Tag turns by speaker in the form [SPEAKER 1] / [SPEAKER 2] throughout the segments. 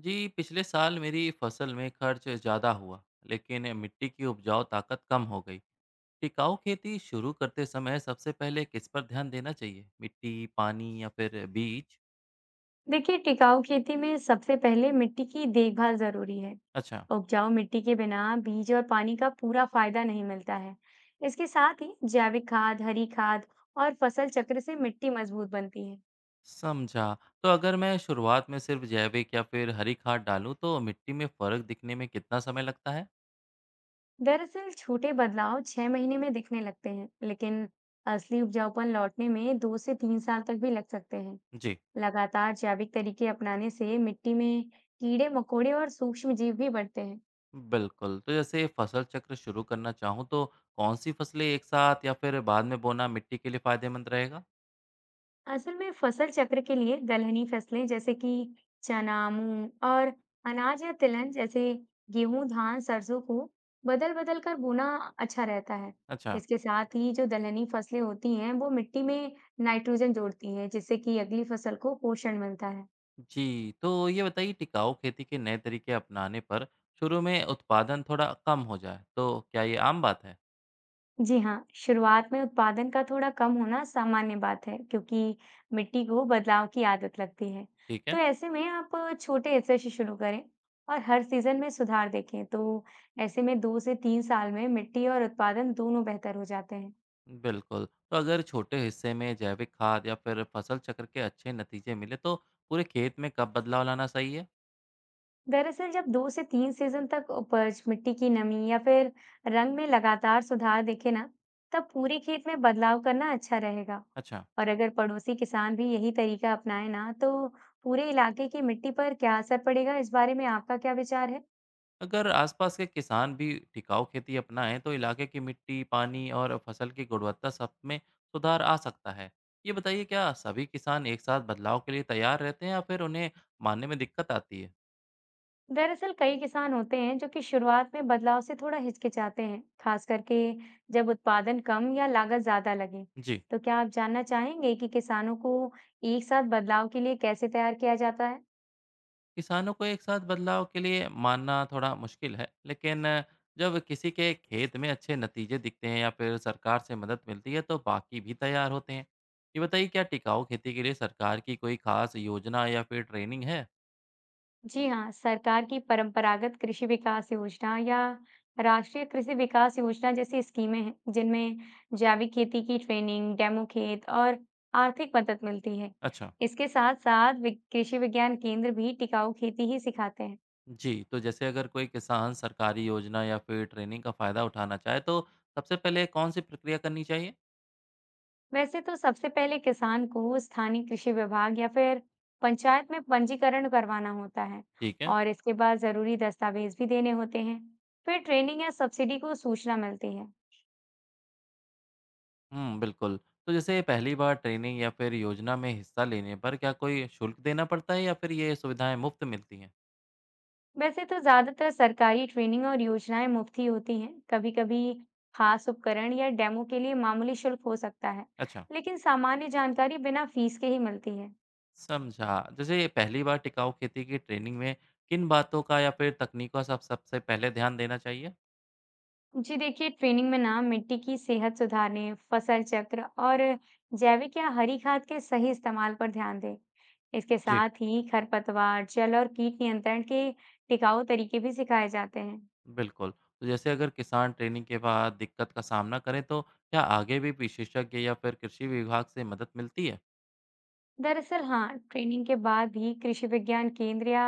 [SPEAKER 1] जी, पिछले साल मेरी फसल में खर्च ज़्यादा हुआ। लेकिन मिट्टी की उपजाऊ ताकत कम हो गई। टिकाऊ खेती शुरू करते समय सबसे पहले किस पर ध्यान देना चाहिए, मिट्टी, पानी या फिर बीज?
[SPEAKER 2] देखिए टिकाऊ खेती में सबसे पहले मिट्टी की देखभाल जरूरी है।
[SPEAKER 1] अच्छा।
[SPEAKER 2] उपजाऊ मिट्टी के बिना बीज और पानी का पूरा फायदा नहीं मिलता है। इसके साथ ही जैविक खाद, हरी खाद और फसल चक्र से मिट्टी मजबूत बनती है।
[SPEAKER 1] समझा। तो अगर मैं शुरुआत में सिर्फ जैविक या फिर हरी खाद डालूं तो मिट्टी में फर्क दिखने में कितना समय लगता है?
[SPEAKER 2] दरअसल छोटे बदलाव 6 महीने में दिखने लगते हैं, लेकिन असली उपजाऊपन लौटने में 2 से 3 साल तक भी लग सकते हैं।
[SPEAKER 1] जी।
[SPEAKER 2] लगातार जैविक तरीके अपनाने से मिट्टी में कीड़े मकोड़े और सूक्ष्म जीव भी बढ़ते हैं।
[SPEAKER 1] बिल्कुल, तो जैसे फसल चक्र शुरू करना चाहूँ तो कौन सी फसलें एक साथ या फिर बाद में बोना मिट्टी के लिए फायदेमंद रहेगा?
[SPEAKER 2] असल में फसल चक्र के लिए दलहनी फसलें जैसे कि चना, मूंग और अनाज या तिलहन जैसे गेहूं, धान, सरसों को बदल बदल कर बोना अच्छा रहता है।
[SPEAKER 1] अच्छा।
[SPEAKER 2] इसके साथ ही जो दलहनी फसलें होती हैं, वो मिट्टी में नाइट्रोजन जोड़ती हैं, जिससे कि अगली फसल को पोषण मिलता है।
[SPEAKER 1] जी, तो ये बताइए, टिकाऊ खेती के नए तरीके अपनाने पर शुरू में उत्पादन थोड़ा कम हो जाए, तो क्या ये आम बात है?
[SPEAKER 2] जी हाँ, शुरुआत में उत्पादन का थोड़ा कम होना सामान्य बात है, क्योंकि मिट्टी को बदलाव की आदत लगती है।
[SPEAKER 1] ठीक
[SPEAKER 2] तो
[SPEAKER 1] है।
[SPEAKER 2] ऐसे में आप छोटे हिस्से से शुरू करें और हर सीजन में सुधार देखें। तो ऐसे में 2 से 3 साल में मिट्टी और उत्पादन दोनों बेहतर हो जाते हैं।
[SPEAKER 1] बिल्कुल। तो अगर छोटे हिस्से में जैविक खाद या फिर फसल चक्र के अच्छे नतीजे मिले तो पूरे खेत में कब बदलाव लाना सही है?
[SPEAKER 2] दरअसल जब 2 से 3 सीजन तक उपज, मिट्टी की नमी या फिर रंग में लगातार सुधार दिखे ना, तब पूरे खेत में बदलाव करना अच्छा रहेगा।
[SPEAKER 1] अच्छा।
[SPEAKER 2] और अगर पड़ोसी किसान भी यही तरीका अपनाए ना, तो पूरे इलाके की मिट्टी पर क्या असर पड़ेगा, इस बारे में आपका क्या विचार है?
[SPEAKER 1] अगर आसपास के किसान भी टिकाऊ खेती अपनाएं तो इलाके की मिट्टी, पानी और फसल की गुणवत्ता सब में सुधार आ सकता है। ये बताइए, क्या सभी किसान एक साथ बदलाव के लिए तैयार रहते हैं या फिर उन्हें मानने में दिक्कत आती है?
[SPEAKER 2] दरअसल कई किसान होते हैं जो कि शुरुआत में बदलाव से थोड़ा हिचकिचाते हैं, खास करके जब उत्पादन कम या लागत ज्यादा लगे।
[SPEAKER 1] जी।
[SPEAKER 2] तो क्या आप जानना चाहेंगे कि किसानों को एक साथ बदलाव के लिए कैसे तैयार किया जाता है?
[SPEAKER 1] किसानों को एक साथ बदलाव के लिए मानना थोड़ा मुश्किल है, लेकिन जब किसी के खेत में अच्छे नतीजे दिखते हैं या फिर सरकार से मदद मिलती है तो बाकी भी तैयार होते हैं। ये बताइए, क्या टिकाऊ खेती के लिए सरकार की कोई खास योजना या फिर ट्रेनिंग है?
[SPEAKER 2] जी हाँ, सरकार की परंपरागत कृषि विकास योजना या राष्ट्रीय कृषि विकास योजना जैसी स्कीमें हैं जिनमें जैविक खेती की ट्रेनिंग, डेमो खेत और आर्थिक मदद मिलती है।
[SPEAKER 1] अच्छा।
[SPEAKER 2] इसके साथ साथ कृषि विज्ञान केंद्र भी टिकाऊ खेती ही सिखाते हैं।
[SPEAKER 1] जी, तो जैसे अगर कोई किसान सरकारी योजना या फिर ट्रेनिंग का फ़ायदा उठाना चाहे तो सबसे पहले कौन सी प्रक्रिया करनी चाहिए?
[SPEAKER 2] वैसे तो सबसे पहले किसान को स्थानीय कृषि विभाग या फिर पंचायत में पंजीकरण करवाना होता है,
[SPEAKER 1] ठीक है।
[SPEAKER 2] और इसके बाद जरूरी दस्तावेज भी देने होते हैं। फिर ट्रेनिंग या सब्सिडी को सूचना मिलती है।
[SPEAKER 1] हम्म, बिल्कुल। तो जैसे पहली बार ट्रेनिंग या फिर योजना में हिस्सा लेने पर क्या कोई शुल्क देना पड़ता है या फिर ये सुविधाएं मुफ्त मिलती हैं?
[SPEAKER 2] वैसे तो ज्यादातर सरकारी ट्रेनिंग और योजनाएं मुफ्त ही होती हैं। कभी-कभी खास उपकरण या डेमो के लिए मामूली शुल्क हो सकता है,
[SPEAKER 1] अच्छा।
[SPEAKER 2] लेकिन सामान्य जानकारी बिना फीस के ही मिलती है।
[SPEAKER 1] समझा। जैसे पहली बार टिकाऊ खेती की ट्रेनिंग में किन बातों का या फिर तकनीकों का सब सबसे पहले ध्यान देना चाहिए?
[SPEAKER 2] जी देखिए, ट्रेनिंग में ना मिट्टी की सेहत सुधारने, फसल चक्र और जैविक या हरी खाद के सही इस्तेमाल पर ध्यान दें। इसके
[SPEAKER 1] जी।
[SPEAKER 2] साथ ही खरपतवार, जल और कीट नियंत्रण के टिकाऊ तरीके भी सिखाए जाते हैं।
[SPEAKER 1] बिल्कुल, तो जैसे अगर किसान ट्रेनिंग के बाद दिक्कत का सामना करें तो क्या आगे भी विशेषज्ञ या फिर कृषि विभाग से मदद मिलती है?
[SPEAKER 2] दरअसल हाँ, ट्रेनिंग के बाद भी कृषि विज्ञान केंद्र या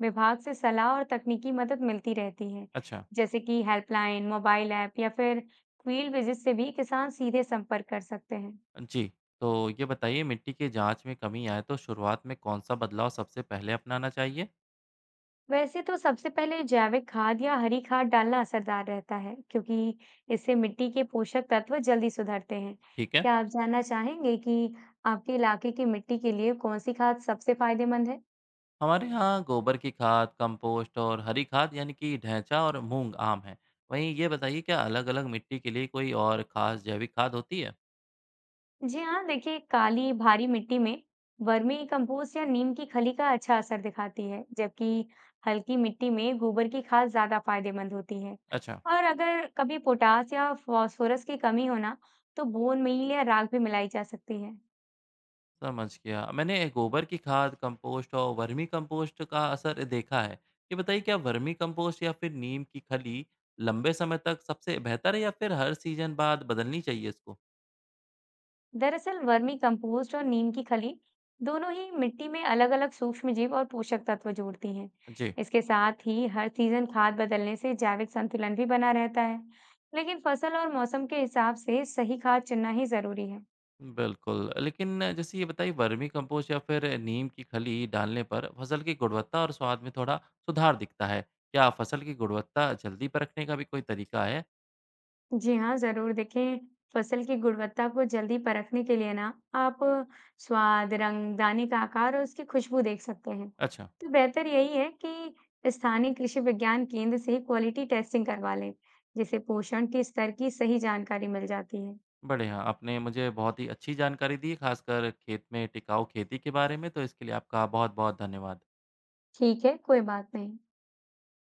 [SPEAKER 2] विभाग से सलाह और तकनीकी मदद मिलती रहती है,
[SPEAKER 1] अच्छा।
[SPEAKER 2] जैसे कि हेल्पलाइन, मोबाइल ऐप या फिर फील्ड विजिट से भी किसान सीधे संपर्क कर सकते हैं।
[SPEAKER 1] जी। तो ये बताइए, मिट्टी की जाँच में कमी आए तो शुरुआत में कौन-सा बदलाव सबसे पहले अपनाना चाहिए?
[SPEAKER 2] वैसे तो सबसे पहले जैविक खाद या हरी खाद डालना असरदार रहता है, क्योंकि इससे मिट्टी के पोषक तत्व जल्दी सुधरते हैं।
[SPEAKER 1] ठीक है।
[SPEAKER 2] क्या आप जानना चाहेंगे कि आपके इलाके की मिट्टी के लिए कौन सी खाद सबसे फायदेमंद है?
[SPEAKER 1] हमारे यहाँ गोबर की खाद, कंपोस्ट और हरी खाद यानी कि ढैंचा और मूंग आम है। वहीं ये बताइए, क्या अलग अलग मिट्टी के लिए कोई और खास जैविक खाद होती है?
[SPEAKER 2] जी हाँ, देखिए, काली भारी मिट्टी में वर्मी कंपोस्ट या नीम की खली का अच्छा असर दिखाती है, जबकि हल्की मिट्टी में गोबर की खाद ज्यादा फायदेमंद होती है।
[SPEAKER 1] अच्छा।
[SPEAKER 2] और अगर कभी पोटास या फास्फोरस की कमी हो ना, तो बोन मील या राख भी मिलाई जा सकती है।
[SPEAKER 1] समझ गया, मैंने गोबर की खाद, कंपोस्ट और वर्मी कंपोस्ट का असर देखा है। ये बताइए, क्या वर्मी कंपोस्ट या फिर नीम की खली लंबे समय तक सबसे बेहतर है या फिर हर सीजन बाद बदलनी चाहिए इसको?
[SPEAKER 2] दरअसल वर्मी कंपोस्ट और नीम की खली दोनों ही मिट्टी में अलग-अलग सूक्ष्म जीव और पोषक तत्व जोड़ती हैं।
[SPEAKER 1] जी।
[SPEAKER 2] इसके साथ ही हर सीजन खाद बदलने से जैविक संतुलन भी बना रहता है। लेकिन फसल और मौसम के हिसाब से सही खाद चुनना ही जरूरी है।
[SPEAKER 1] बिल्कुल, लेकिन जैसे ये बताइए, वर्मी कंपोस्ट या फिर नीम की खली डालने पर फसल की गुणवत्ता और स्वाद में थोड़ा सुधार दिखता है। क्या फसल की गुणवत्ता जल्दी परखने का भी कोई तरीका है?
[SPEAKER 2] जी हाँ, ज़रूर देखें, फसल की गुणवत्ता को जल्दी परखने के लिए ना आप स्वाद, रंग, दाने का आकार और उसकी खुशबू देख सकते हैं।
[SPEAKER 1] अच्छा।
[SPEAKER 2] तो बेहतर यही है कि स्थानीय कृषि विज्ञान केंद्र से क्वालिटी टेस्टिंग करवा लें, जिससे पोषण के स्तर की सही जानकारी मिल जाती है।
[SPEAKER 1] बढ़िया, आपने मुझे बहुत ही अच्छी जानकारी दी, खासकर खेत में टिकाऊ खेती के बारे में, तो इसके लिए आपका बहुत-बहुत धन्यवाद।
[SPEAKER 2] ठीक है, कोई बात नहीं।